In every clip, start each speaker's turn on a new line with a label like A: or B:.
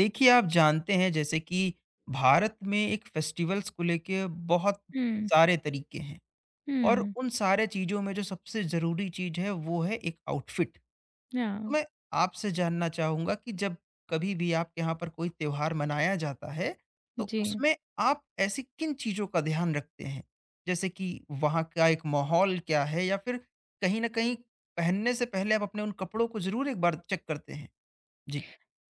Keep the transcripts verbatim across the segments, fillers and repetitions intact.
A: देखिए, आप जानते हैं जैसे कि भारत में एक फेस्टिवल्स को लेके बहुत
B: हुँ,
A: सारे तरीके हैं और
B: हुँ,
A: उन सारे चीज़ों में जो सबसे ज़रूरी चीज़ है वो है एक आउटफिट। तो
B: हाँ,
A: मैं आपसे जानना चाहूँगा कि जब कभी भी आपके यहाँ पर कोई त्योहार मनाया जाता है, तो
B: जी,
A: उसमें आप ऐसी किन चीज़ों का ध्यान रखते हैं? जैसे कि वहाँ का एक माहौल क्या है या फिर कहीं न कहीं पहनने से पहले आप अपने उन कपड़ों को ज़रूर एक बार चेक करते हैं? जी।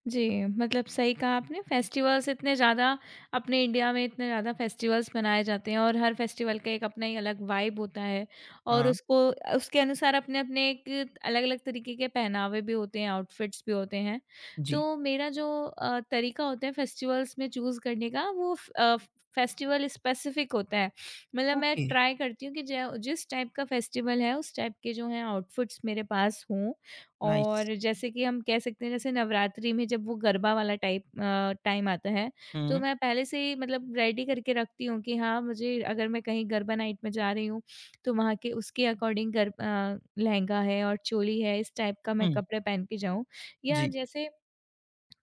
B: जी, मतलब सही कहा आपने। फेस्टिवल्स इतने ज़्यादा अपने इंडिया में इतने ज़्यादा फेस्टिवल्स मनाए जाते हैं और हर फेस्टिवल का एक अपना ही अलग वाइब होता है और
A: हाँ।
B: उसको उसके अनुसार अपने-अपने एक अलग-अलग तरीके के पहनावे भी होते हैं, आउटफिट्स भी होते हैं।
A: जी।
B: तो मेरा जो अ, तरीका होता है फेस्टिवल्स में चूज़ करने का, वो फ अ, फेस्टिवल स्पेसिफिक होता है। मतलब मैं
A: ओके,
B: ट्राई करती हूँ कि ज जिस टाइप का फेस्टिवल है उस टाइप के जो हैं आउटफिट्स मेरे पास हों।
A: नाइस।
B: और जैसे कि हम कह सकते हैं, जैसे नवरात्रि में जब वो गरबा वाला टाइप अ, टाइम आता है, तो
A: हुँ,
B: मैं पहले से ही मतलब रेडी करके रखती हूँ कि हाँ, मुझे अगर मैं कहीं गरबा नाइट में जा रही हूँ तो वहाँ के उसके अकॉर्डिंग गर अ, लहंगा है और चोली है, इस टाइप का मैं
A: हुँ।
B: कपड़े पहन के जाऊँ। या
A: जी।
B: जैसे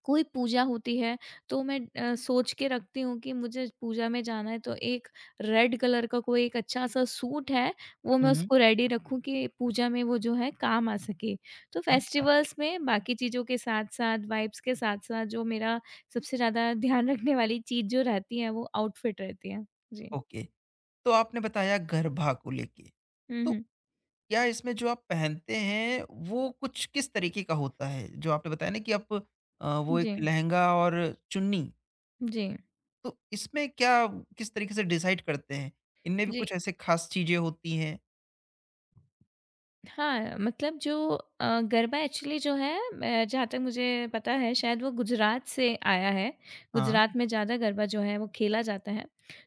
B: कोई पूजा होती है तो मैं अ, सोच के रखती हूँ कि मुझे पूजा में जाना है तो एक रेड कलर का कोई एक अच्छा-सा सूट है, वो मैं
A: हुँ,
B: उसको रेडी रखूँ कि पूजा में वो जो है काम आ सके। तो
A: अच्छा,
B: फेस्टिवल्स में बाकी चीज़ों के साथ-साथ, वाइब्स के साथ-साथ, जो मेरा सबसे ज़्यादा ध्यान रखने वाली चीज़ जो रहती है वो आउटफिट रहती है। जी।
A: ओके। तो आपने बताया गरबा को लेके।
B: हुँ,
A: तो
B: हुँ।
A: क्या इसमें जो आप पहनते हैं, वो कुछ किस तरीके का होता है? जो आपने बताया ना कि आप अ, वो एक
B: जी,
A: लहंगा और चुन्नी,
B: जी,
A: तो इसमें क्या किस तरीके से डिसाइड करते हैं? इनमें भी
B: जी।
A: कुछ ऐसे ख़ास चीज़ें होती हैं?
B: हाँ, मतलब जो अ, गरबा एक्चुअली जो है, मैं जहाँ तक मुझे पता है शायद वो गुजरात से आया है।
A: हाँ,
B: गुजरात में ज़्यादा गरबा जो है वो खेला जाता है।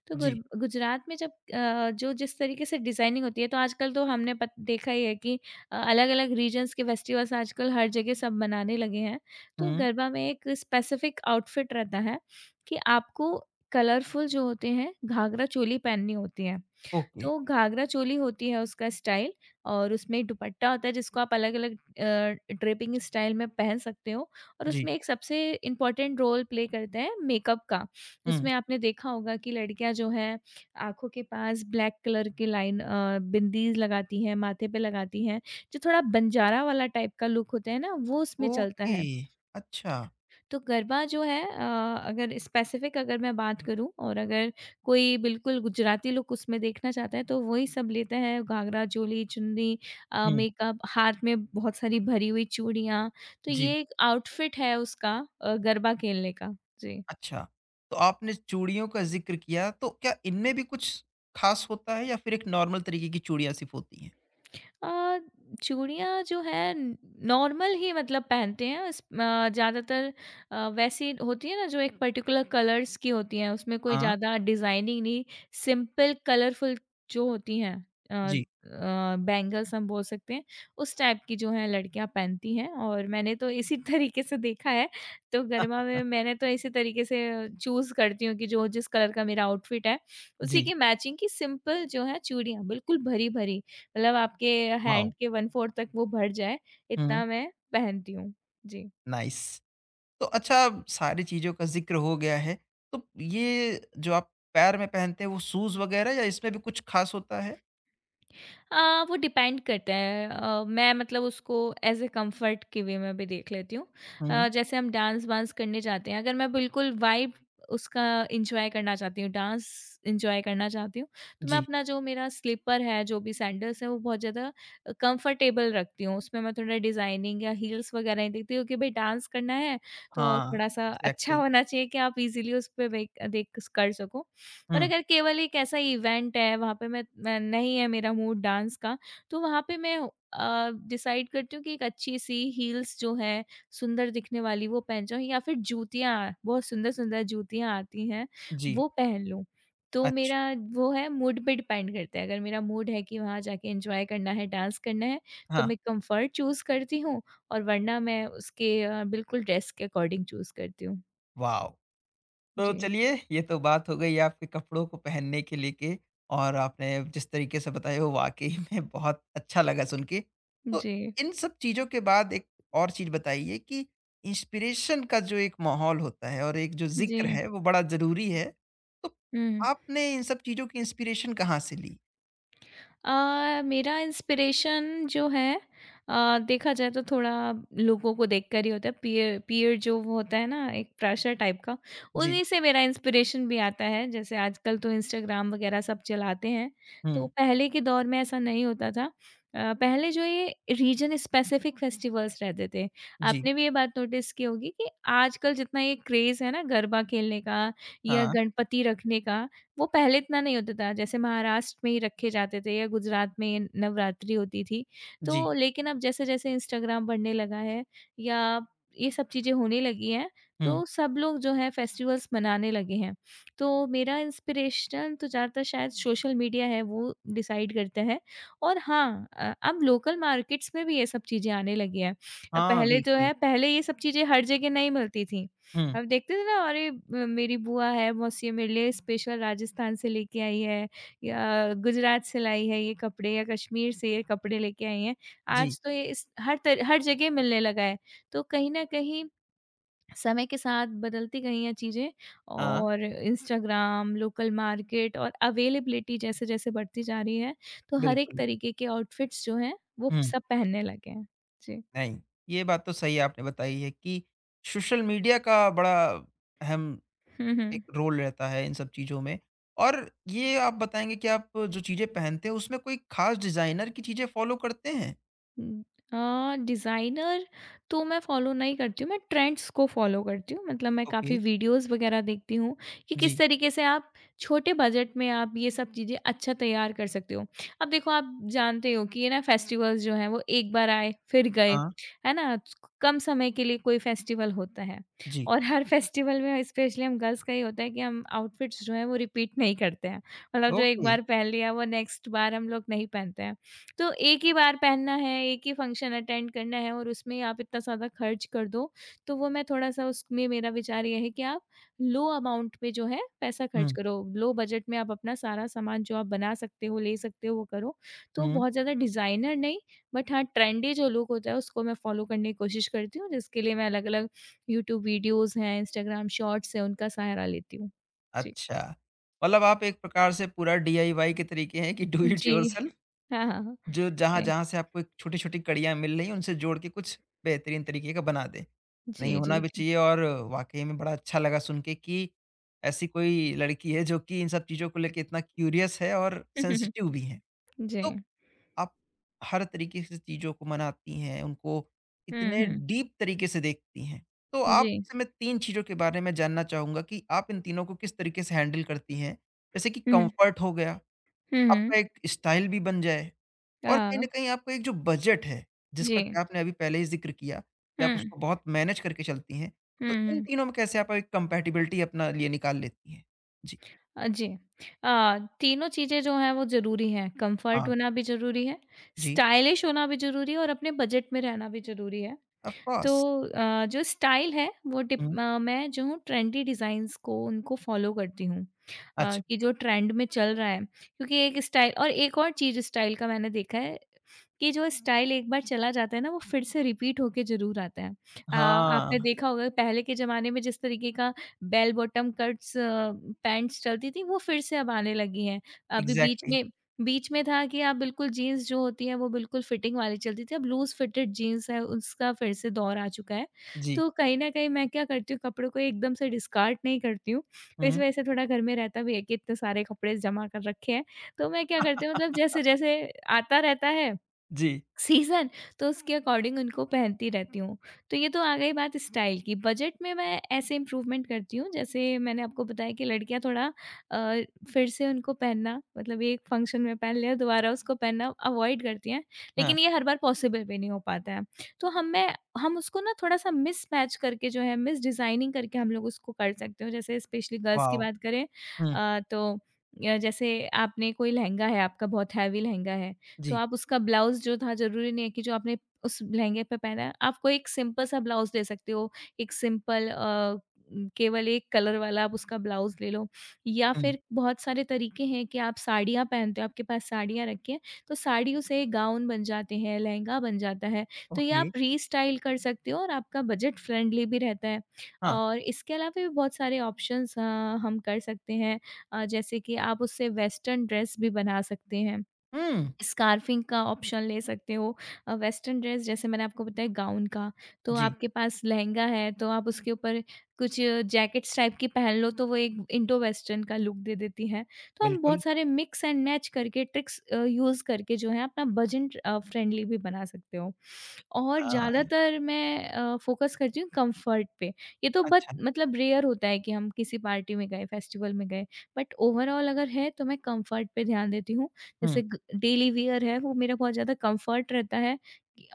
B: तो गुर
A: जी।
B: गुजरात में जब अ, जो जिस तरीके से डिज़ाइनिंग होती है, तो आजकल तो हमने पत देखा ही है कि अ, अलग-अलग रीजन्स के फेस्टिवल्स आजकल हर जगह सब मनाने लगे हैं। तो
A: हुँ,
B: गरबा में एक स्पेसिफिक आउटफिट रहता है कि आपको कलरफुल जो होते हैं घाघरा चोली पहननी होती है।
A: ओके।
B: तो घाघरा चोली होती है उसका स्टाइल, और उसमें दुपट्टा होता है जिसको आप अलग-अलग अ, ड्रेपिंग स्टाइल में पहन सकते हो। और
A: जी।
B: उसमें एक सबसे इम्पोर्टेंट रोल प्ले करता है मेकअप का।
A: हुँ,
B: उसमें आपने देखा होगा कि लड़कियाँ जो हैं, आँखों के पास ब्लैक कलर के लाइन अ, बिंदीज लगाती हैं, माथे पे लगाती हैं, जो थोड़ा बंजारा वाला टाइप का लुक होता है ना, वो उसमें चलता
A: ओके,
B: है।
A: अच्छा।
B: तो गरबा जो है अ, अगर स्पेसिफ़िक अगर मैं बात करूँ, और अगर कोई बिल्कुल गुजराती लुक उसमें देखना चाहता है तो वही सब लेता है: घाघरा, चोली, चुन्नी, अ,
A: हुँ,
B: मेकअप, हाथ में बहुत सारी भरी हुई चूड़ियाँ। तो
A: जी।
B: ये एक आउटफ़िट है उसका अ, गरबा खेलने का। जी।
A: अच्छा, तो आपने चूड़ियों का ज़िक्र किया, तो क्या इनमें भी कुछ ख़ास होता है या फिर एक नॉर्मल तरीके की चूड़ियाँ सिर्फ़ होती हैं?
B: अ, चूड़ियाँ जो है न, नॉर्मल ही मतलब पहनते हैं इस अ, ज़्यादातर अ, वैसी होती है ना, जो एक पर्टिकुलर कलर्स की होती हैं, उसमें कोई
A: हाँ।
B: ज़्यादा डिज़ाइनिंग नहीं, सिंपल कलरफुल जो होती हैं, अ
A: जी।
B: अ, बैंगल्स हम बोल सकते हैं, उस टाइप की जो हैं लड़कियाँ पहनती हैं, और मैंने तो इसी तरीके से देखा है। तो गरमा में मैंने तो इसी तरीके से चूज़ करती हूँ कि जो जिस कलर का मेरा आउटफिट है, उसी
A: जी,
B: की मैचिंग की सिंपल जो है चूड़ियाँ, बिल्कुल भरी-भरी, मतलब आपके
A: वॉव!
B: हैंड के एक चौथाई तक वो भर जाए,
A: हुँ,
B: इतना मैं पहनती हूँ। जी।
A: नाइस। तो अच्छा सारी चीज़ों का ज़िक्र हो गया है, तो ये जो आप पैर में पहनते हैं वो शूज़ वग़ैरह या इसमें भी कुछ ख़ास होता है?
B: अ, वो डिपेंड करता है, अ, मैं मतलब उसको एज़ ए कंफर्ट के वे में भी देख लेती हूँ।
A: हुँ,
B: अ, जैसे हम डांस वांस करने जाते हैं, अगर मैं बिल्कुल वाइब उसका एन्जॉय करना चाहती हूँ, डांस एन्जॉय करना चाहती हूँ, तो मैं
A: जी।
B: अपना जो मेरा स्लीपर है, जो भी सैंडल्स हैं, वो बहुत ज़्यादा अ, कंफर्टेबल रखती हूँ। उसमें मैं थोड़ा डिज़ाइनिंग या हील्स वगैरह नहीं देखती हूँ कि भई डांस करना है, तो
A: हाँ,
B: थोड़ा-सा अच्छा
A: एग्ज़ैक्टली।
B: होना चाहिए कि आप इज़िली उसपे वेक देख स कर सको। और
A: हुँ,
B: अगर केवल एक ऐसा इवेंट है वहाँ पे, मैं मैं नहीं है मेरा मूड डांस का, तो वहाँ पे मैं अ, डिसाइड करती हूँ कि एक अच्छी-सी हील्स जो है, सुंदर दिखने वाली वो पहन जाऊँ, या फिर जूतियाँ, बहुत सुंदर-सुंदर जूतियाँ आती हैं,
A: जी,
B: वो पहन लूँ। तो मेरा
A: अच्छा।
B: वो है, मूड पे डिपेंड करता है। अगर मेरा मूड है कि वहाँ जाके एन्जॉय करना है, डांस करना है, तो
A: हाँ,
B: मैं कम्फर्ट चूज़ करती हूँ, और वरना मैं उसके अ, बिल्कुल ड्रेस के अकॉर्डिंग चूज़ करती हूँ।
A: वॉव! तो
B: जी।
A: चलिए ये तो बात हो गई आपके कपड़ों को पहनने के लेके और आपने जिस तरीके से बताया वो वाकई में बहुत अच्छा लगा सुन के। तो
B: जी।
A: इन सब चीज़ों के बाद एक और चीज़ बताइए कि इंस्पिरेशन का जो एक माहौल होता है और एक जो ज़िक्र
B: जी।
A: है वो बड़ा ज़रूरी है। तो
B: हुँ।
A: आपने इन सब चीज़ों की इंस्पिरेशन कहाँ से ली?
B: अ, मेरा इंस्पिरेशन जो है, अ, देखा जाए तो थोड़ा लोगों को देखकर ही होता है, पीयर पीयर जो वो होता है ना, एक प्रेशर टाइप का।
A: जी।
B: उन्हीं से मेरा इंस्पिरेशन भी आता है। जैसे आजकल तो इंस्टाग्राम वगैरह सब चलाते हैं। तो
A: हुँ।
B: पहले के दौर में ऐसा नहीं होता था। अ, पहले जो ये रीजन स्पेसिफिक फेस्टिवल्स रहते थे,
A: जी।
B: आपने भी ये बात नोटिस की होगी कि आजकल जितना ये क्रेज़ है ना गरबा खेलने का, या
A: हाँ।
B: गणपति रखने का, वो पहले इतना नहीं होता था। जैसे महाराष्ट्र में ही रखे जाते थे, या गुजरात में नवरात्रि होती थी।
A: जी।
B: तो लेकिन अब जैसे-जैसे इंस्टाग्राम बढ़ने लगा है, या ये सब चीज़ें होने लगी हैं,
A: हुँ।
B: तो सब लोग जो है फेस्टिवल्स मनाने लगे हैं। तो मेरा इंस्पिरेशन तो ज़्यादातर शायद सोशल मीडिया है, वो डिसाइड करता है। और हाँ, अ, अब लोकल मार्केट्स में भी ये सब चीज़ें आने लगी हैं। अ,
A: हाँ,
B: पहले जो
A: बिल्कुल।
B: है, पहले ये सब चीज़ें हर जगह नहीं मिलती थी।
A: हुँ।
B: अब देखते थे ना, अरे म- मेरी बुआ है, मौसी है, मेरे लिए स्पेशल राजस्थान से लेके आई है, या गुजरात से लाई है ये कपड़े, या कश्मीर से ये कपड़े लेके आई हैं।
A: जी।
B: आज तो ये इस हर तर, हर जगह मिलने लगा है। तो कहीं ना कहीं समय के साथ बदलती गई हैं चीज़ें,
A: हाँ,
B: और इंस्टाग्राम, लोकल मार्केट और अवेलेबिलिटी जैसे जैसे बढ़ती जा रही है, तो हर एक
A: बिल्कुल।
B: तरीके के आउटफिट्स जो हैं वो
A: हुँ।
B: सब पहनने लगे हैं। जी।
A: नहीं, ये बात तो सही आपने बताई है कि सोशल मीडिया का बड़ा अहम
B: हम्म हम्म।
A: एक रोल रहता है इन सब चीज़ों में। और ये आप बताएँगे कि आप जो चीज़ें पहनते हैं उसमें कोई ख़ास डिज़ाइनर की चीज़ें फ़ॉलो करते हैं?
B: हुँ। अ, डिज़ाइनर तो मैं फ़ॉलो नहीं करती हूँ, मैं ट्रेंड्स को फ़ॉलो करती हूँ। मतलब मैं
A: ओके,
B: काफ़ी वीडियोज़ वग़ैरह देखती हूँ कि किस
A: जी,
B: तरीके से आप छोटे बजट में आप ये सब चीज़ें अच्छा तैयार कर सकते हो। अब देखो, आप जानते हो कि ये ना फेस्टिवल्स जो हैं, वो एक बार आए फिर गए,
A: हाँ,
B: है ना? कम समय के लिए कोई फेस्टिवल होता है,
A: जी,
B: और हर फेस्टिवल में स्पेशली हम गर्ल्स का ये होता है कि हम आउटफिट्स जो हैं वो रिपीट नहीं करते हैं। मतलब जो एक
A: ओके,
B: बार पहन लिया वो नेक्स्ट बार हम लोग नहीं पहनते हैं। तो एक ही बार पहनना है, एक ही फ़ंक्शन अटेंड करना है, और उसमें आप इतना ज़्यादा खर्च कर दो, तो वो मैं थोड़ा-सा, उसमें मेरा विचार ये है कि आप लो अमाउंट में जो है पैसा खर्च
A: हुँ,
B: करो। लो बजट में आप अपना सारा सामान जो आप बना सकते हो, ले सकते हो, वो करो। तो
A: हुँ,
B: बहुत ज़्यादा डिज़ाइनर नहीं, बट हाँ, ट्रेंडी जो लुक होता है उसको मैं फ़ॉलो करने की कोशिश करती हूँ, जिसके लिए मैं अलग-अलग यूट्यूब वीडियोज़ हैं, इंस्टाग्राम शॉर्ट्स हैं, उनका सहारा लेती हूँ। जी।
A: अच्छा। मतलब आप एक प्रकार से पूरा डीआईवाई के तरीके हैं कि डू इट
B: जी।
A: योरसेल्फ।
B: हाँ, हाँ, हाँ।
A: जो जहाँ-जहाँ से आपको एक छोटी-छोटी कड़ियाँ मिल रही हैं, उनसे जोड़ के कुछ बेहतरीन तरीके का बना दें। नहीं
B: जी,
A: होना
B: जी,
A: भी
B: जी।
A: चाहिए और वाक़ई में बड़ा अच्छा लगा सुन के कि ऐसी कोई लड़की है जो कि इन सब चीज़ों को लेके इतना क्यूरियस है और सेंसिटिव भी है।
B: जी।
A: तो आप हर तरीके से चीज़ों को मनाती हैं, उनको
B: हुँ,
A: इतने
B: हुँ।
A: डीप तरीके से देखती हैं। तो
B: जी।
A: आपसे मैं तीन चीज़ों के बारे में जानना चाहूँगा कि आप इन तीनों को किस तरीके से हैंडल करती हैं? जैसे कि
B: हुँ, हुँ।
A: कम्फर्ट हो गया,
B: हुँ, हुँ।
A: आपका एक स्टाइल भी बन जाए।
B: अ,
A: और कहीं न कहीं आपका एक जो बजट है,
B: जी।
A: जिसका कि आपने अभी पहले ही ज़िक्र किया कि आप
B: हुँ,
A: उसको बहुत मैनेज करके चलती हैं,
B: हुँ,
A: तो इन
B: हुँ।
A: तीनों में कैसे आप एक कंपैटिबिलिटी अपना लिए निकाल लेती हैं? जी।
B: अ, जी। अ, तीनों चीज़ें जो हैं वो ज़रूरी हैं, कम्फ़र्ट
A: हाँ।
B: होना भी ज़रूरी है,
A: जी,
B: स्टाइलिश होना भी ज़रूरी है, और अपने बजट में रहना भी ज़रूरी है।
A: ऑफ़
B: तो
A: कोर्स।
B: अ, जो स्टाइल है वो डिप
A: हुँ।
B: अ, मैं जो हूँ ट्रेंडी डिज़ाइंस को उनको फ़ॉलो करती हूँ। अ,
A: अच्छा।
B: कि जो ट्रेंड में चल रहा है, क्योंकि एक स्टाइल, और एक और चीज़ स्टाइल का मैंने देखा है कि जो स्टाइल एक बार चला जाता है ना, वो फिर से रिपीट होके ज़रूर आता है। अ, आपने
A: हाँ,
B: देखा होगा पहले के ज़माने में जिस तरीके का bell bottom cuts uh, pants चलती थी, वो फिर से अब आने लगी हैं। अभी बीच
A: इग्ज़ैक्टली।
B: में बीच में था कि आप बिल्कुल जीन्स जो होती है वो बिल्कुल फिटिंग वाली चलती थी, अब लूज़ फिटेड जीन्स है उसका फिर से दौर आ चुका है।
A: जी।
B: तो कहीं न कहीं मैं क्या करती हूँ, कपड़ों को एकदम से डिस्कार्ड नहीं करती हूँ, इस
A: हुँ।
B: वज़ह से थोड़ा घर में रहता भी है कि इतने सारे कपड़े जमा कर रखे हैं। तो मैं क्या करती हूँ, मतलब जैसे-जैसे आता रहता है
A: जी।
B: सीज़न, तो उसके अकॉर्डिंग उनको पहनती रहती हूँ। तो ये तो आ गई बात स्टाइल की। बजट में मैं ऐसे इम्प्रूवमेंट करती हूँ, जैसे मैंने आपको बताया कि लड़कियाँ थोड़ा अ, फिर से उनको पहनना, मतलब एक फंक्शन में पहन लिया दोबारा उसको पहनना अवॉइड करती हैं।
A: हाँ।
B: लेकिन ये हर बार पॉसिबल भी नहीं हो पाता है। तो हम मैं हम उसको ना थोड़ा-सा मिसमैच करके जो है, मिस डिज़ाइनिंग करके हम लोग उसको कर सकते हो। जैसे स्पेशली गर्ल्स की
A: वॉव!
B: बात करें,
A: हुँ।
B: अ, तो अ, जैसे आपने कोई लहंगा है, आपका बहुत हैवी लहंगा है। तो
A: जी।
B: आप उसका ब्लाउज़ जो था, ज़रूरी नहीं है कि जो आपने उस लहंगे पे पहना है, आप कोई एक सिंपल सा ब्लाउज़ ले सकते हो। एक सिंपल अ, केवल एक कलर वाला आप उसका ब्लाउज़ ले लो, या
A: हुँ।
B: फिर बहुत सारे तरीके हैं कि आप साड़ियाँ पहनते हो, आपके पास साड़ियाँ रखी हैं, तो साड़ियों से गाउन बन जाते हैं, लहंगा बन जाता है। तो ये
A: ओके।
B: आप रीस्टाइल कर सकते हो और आपका बजट फ्रेंडली भी रहता है
A: हाँ।
B: और इसके अलावा भी बहुत सारे ऑप्शंस अ, हम कर सकते हैं अ, जैसे कि आप उससे वेस्टर्न ड्रेस भी बना सकते हैं।
A: हुँ।
B: स्कार्फ़िंग का ऑप्शन ले सकते हो अ, वेस्टर्न ड्रेस जैसे मैंने आपको बताया गाउन का, तो
A: जी,
B: आपके पास लहंगा है तो आप उसके ऊपर कुछ जैकेट्स टाइप की पहन लो तो वो एक इंडो वेस्टर्न का लुक दे देती हैं। तो हम
A: बिल्कुल।
B: बहुत सारे मिक्स एंड मैच करके ट्रिक्स अ, यूज़ करके जो है अपना बजट अ, फ्रेंडली भी बना सकते हो। और
A: अ,
B: ज़्यादातर मैं अ, फ़ोकस करती हूँ कम्फ़र्ट पे, ये तो बट
A: अच्छा।
B: मतलब रेयर होता है कि हम किसी पार्टी में गए, फेस्टिवल में गए, बट ओवरऑल अगर है तो मैं कम्फ़र्ट पे ध्यान देती हूँ
A: हुँ।
B: जैसे ग डेली वियर है वो मेरा बहुत ज़्यादा कम्फ़र्ट रहता है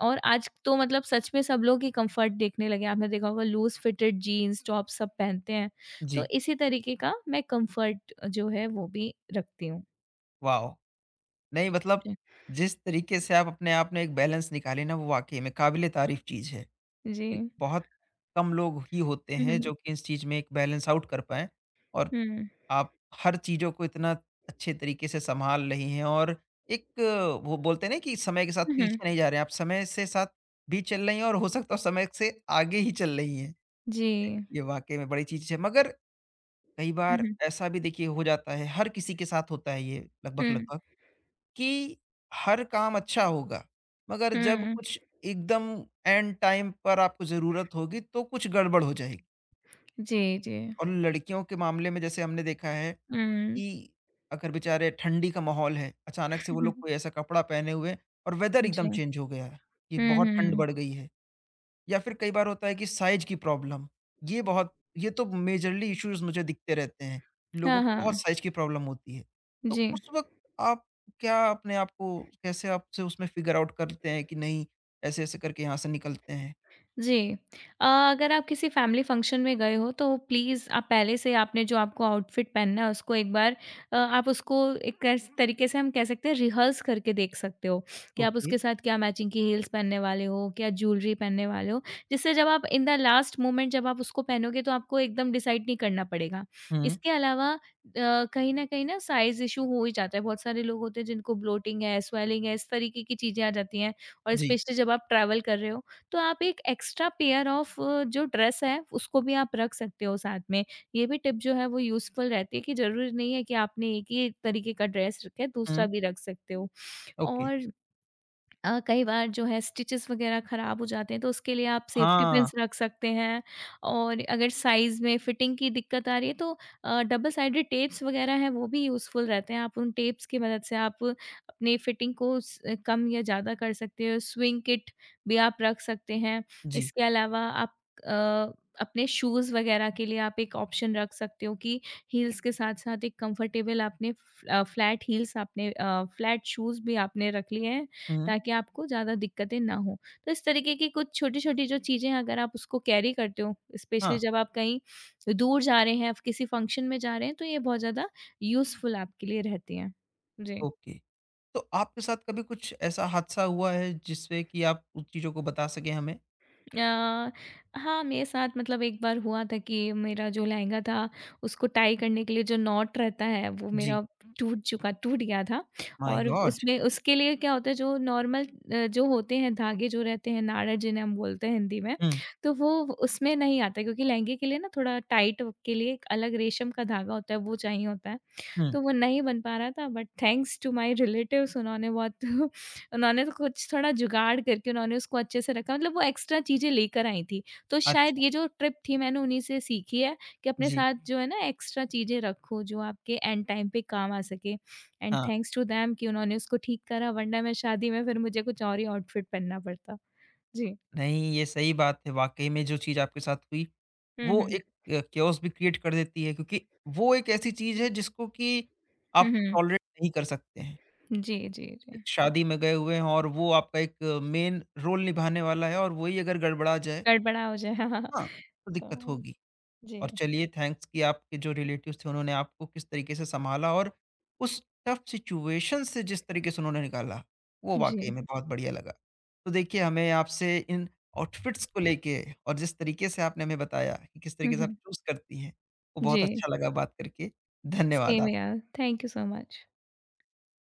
B: और आज तो मतलब सच में सब लोग ही कम्फ़र्ट देखने लगे हैं। आपने देखा होगा लूज़ फिटेड जीन्स, टॉप सब पहनते हैं। तो
A: जी,
B: इसी तरीके का मैं कम्फ़र्ट जो है वो भी रखती हूँ।
A: वॉव! नहीं मतलब
B: जी।
A: जिस तरीके से आप अपने आप में एक बैलेंस निकाले ना वो वाक़ई में काबिले तारीफ़ चीज़ है।
B: जी।
A: कि बहुत कम लोग ही होते
B: हुँ, हुँ,
A: हैं
B: हुँ।
A: जो कि इस चीज़ में एक बैलेंस आउट कर पाएँ और
B: हुँ।
A: आप हर चीज़ों को इतना अच्छे तरीके से सँभाल रही हैं और एक वो बोलते हैं ना कि समय के साथ
B: हुँ, हुँ।
A: पीछे नहीं जा रहे हैं, आप समय से साथ भी चल रही हैं और हो सकता है समय से आगे ही चल रही हैं।
B: जी।
A: ये वाक़ई में बड़ी चीज़ है मगर कई
B: हुँ,
A: बार
B: हुँ।
A: ऐसा भी देखिए हो जाता है, हर किसी के साथ होता है ये
B: हुँ,
A: लगभग-लगभग कि हर काम अच्छा होगा, मगर जब
B: हुँ।
A: कुछ एकदम एंड टाइम पर आपको ज़रूरत होगी तो कुछ गड़बड़ हो जाएगी।
B: जी, जी।
A: और लड़कियों के मामले में जैसे हमने देखा है
B: हुँ।
A: कि अगर बेचारे ठंडी का माहौल है, अचानक से वो लोग कोई ऐसा कपड़ा पहने हुए हैं और वेदर
B: जी।
A: एकदम चेंज हो गया है, कि
B: हुँ,
A: बहुत ठंड
B: हुँ।
A: बढ़ गई है। या फिर कई बार होता है कि साइज़ की प्रॉब्लम, ये बहुत ये तो मेजरली इश्यूज़ मुझे दिखते रहते हैं। लोगों
B: हाँ,
A: को बहुत
B: हाँ।
A: साइज़ की प्रॉब्लम होती है। तो
B: जी।
A: उस वक़्त आप क्या अपने आप को कैसे आपसे उसमें फ़िगर आउट करते हैं कि नहीं ऐसे-ऐसे करके यहाँ से निकलते हैं?
B: जी। अ, अगर आप किसी फैमिली फंक्शन में गए हो तो प्लीज़ आप पहले से आपने जो आपको आउटफिट पहनना है उसको एक बार अ, आप उसको एक ऐस तरीके से हम कह सकते हैं रिहर्स करके देख सकते हो, कि आप
A: ओके।
B: उसके साथ क्या मैचिंग की हील्स पहनने वाले हो, क्या ज्वेलरी पहनने वाले हो, जिससे जब आप इन द लास्ट मोमेंट जब आप उसको पहनोगे तो आपको एकदम डिसाइड नहीं करना पड़ेगा।
A: हुँ।
B: इसके अलावा अ, कहीं न कहीं ना साइज़ इश्यू हो ही जाता है, बहुत सारे लोग होते हैं जिनको ब्लोटिंग है, स्वेलिंग है, इस तरीके की चीज़ें आ जाती हैं और
A: जी।
B: स्पेशली जब आप ट्रैवल कर रहे हो तो आप एक एक्स्ट्रा पेयर ऑफ जो ड्रेस है उसको भी आप रख सकते हो साथ में। ये भी टिप जो है वो यूज़फुल रहती है कि ज़रूरी नहीं है कि आपने एक ही तरीके का ड्रेस रखा है दूसरा
A: हुँ।
B: भी रख सकते हो।
A: ओके।
B: और अ, कई बार जो है स्टिचेस वगैरह ख़राब हो जाते हैं, तो उसके लिए आप सेफ्टी
A: हाँ।
B: पिन्स रख सकते हैं और अगर साइज़ में फिटिंग की दिक्कत आ रही है, तो अ, डबल साइडेड टेप्स वगैरह हैं, वो भी यूज़फुल रहते हैं। आप उन टेप्स की मदद से आप अपनी फिटिंग को स कम या ज़्यादा कर सकते हो। स्विंग किट भी आप रख सकते हैं।
A: जी।
B: इसके अलावा आप अ, अपने शूज़ वगैरह के लिए आप एक ऑप्शन रख सकते हो कि हील्स के साथ-साथ एक कम्फ़र्टेबल आपने फ़ अ, फ्लैट हील्स आपने अ, फ्लैट शूज़ भी आपने रख लिए हैं।
A: हुँ।
B: ताकि आपको ज़्यादा दिक्कतें ना हों। तो इस तरीके की कुछ छोटी-छोटी जो चीज़ें हैं अगर आप उसको कैरी करते हो,
A: हाँ।
B: स्पेशली जब आप कहीं दूर जा रहे हैं, आप किसी फंक्शन में जा रहे हैं, तो ये बहुत ज़्यादा यूज़फुल आपके लिए रहती हैं। जी।
A: ओके। तो आपके साथ कभी कुछ ऐसा हादसा हुआ है जिससे कि आप उन चीज़ों को बता सकें हमें?
B: अ, हाँ, मेरे साथ मतलब एक बार हुआ था कि मेरा जो लहंगा था, उसको टाई करने के लिए जो नॉट रहता है, वो
A: जी।
B: मेरा टूट चुका टूट गया था
A: माय
B: और
A: गॉड!
B: उसमें उसके लिए क्या होता है जो नॉर्मल अ, जो होते हैं धागे जो रहते हैं, नाड़ा जिन्हें हम बोलते हैं हिंदी में,
A: हुँ,
B: तो वो उसमें नहीं आता क्योंकि लहंगे के लिए ना थोड़ा टाइट के लिए एक अलग रेशम का धागा होता है, वो चाहिए होता है।
A: हुँ।
B: तो वो नहीं बन पा रहा था but thanks to my relatives उन्होंने बहुत उन्होंने तो कुछ थोड़ा जुगाड़ करके उन्होंने उसको अच्छे से रखा मतलब वो एक्स्ट्रा चीज़ें लेकर आई थी। तो शायद
A: अच्छा।
B: ये जो ट्रिप थी मैंने उन्हीं से सीखी है कि अपने
A: जी।
B: साथ जो है ना एक्स्ट्रा चीज़ें रखो जो आपके एंड टाइम पे काम आ सके एंड
A: हाँ।
B: थैंक्स टू देम कि उन्होंने उसको ठीक करा वरना मैं शादी में फिर मुझे कुछ और ही आउटफिट पहनना पड़ता। जी।
A: नहीं, ये सही बात है। वाक़ई में जो चीज़ आपके साथ हुई,
B: हुँ,
A: वो
B: हुँ।
A: एक अ, केओस भी क्रिएट कर देती है क्योंकि वो एक ऐसी चीज़ है जिसको कि
B: हुँ,
A: आप
B: हुँ।
A: टॉलरेट नहीं कर सकते हैं।
B: जी, जी,
A: एक
B: जी।
A: शादी में गए हुए हैं और वो आपका एक मेन रोल निभाने वाला है और वही अगर गड़बड़ा जाए
B: गड़बड़ा हो जाए। हाँ, हाँ।
A: हाँ, तो दिक्कत
B: तो
A: होगी। और
B: जी।
A: चलिए थैंक्स कि आपके जो रिलेटिव्स थे उन्होंने आपको किस तरीके से संभाला और उस टफ सिचुएशन से जिस तरीके से उन्होंने निकाला वो
B: जी।
A: वाकई में बहुत बढ़िया लगा। तो देखिए हमें आपसे इन आउटफिट्स को लेके और जिस तरीके से आपने हमें बताया कि किस
B: हुँ,
A: तरीके से आप
B: हुँ।
A: चूज करती हैं वो
B: जी।
A: बहुत अच्छा लगा बात करके। धन्यवाद
B: Same
A: आप।
B: here. Thank you so much.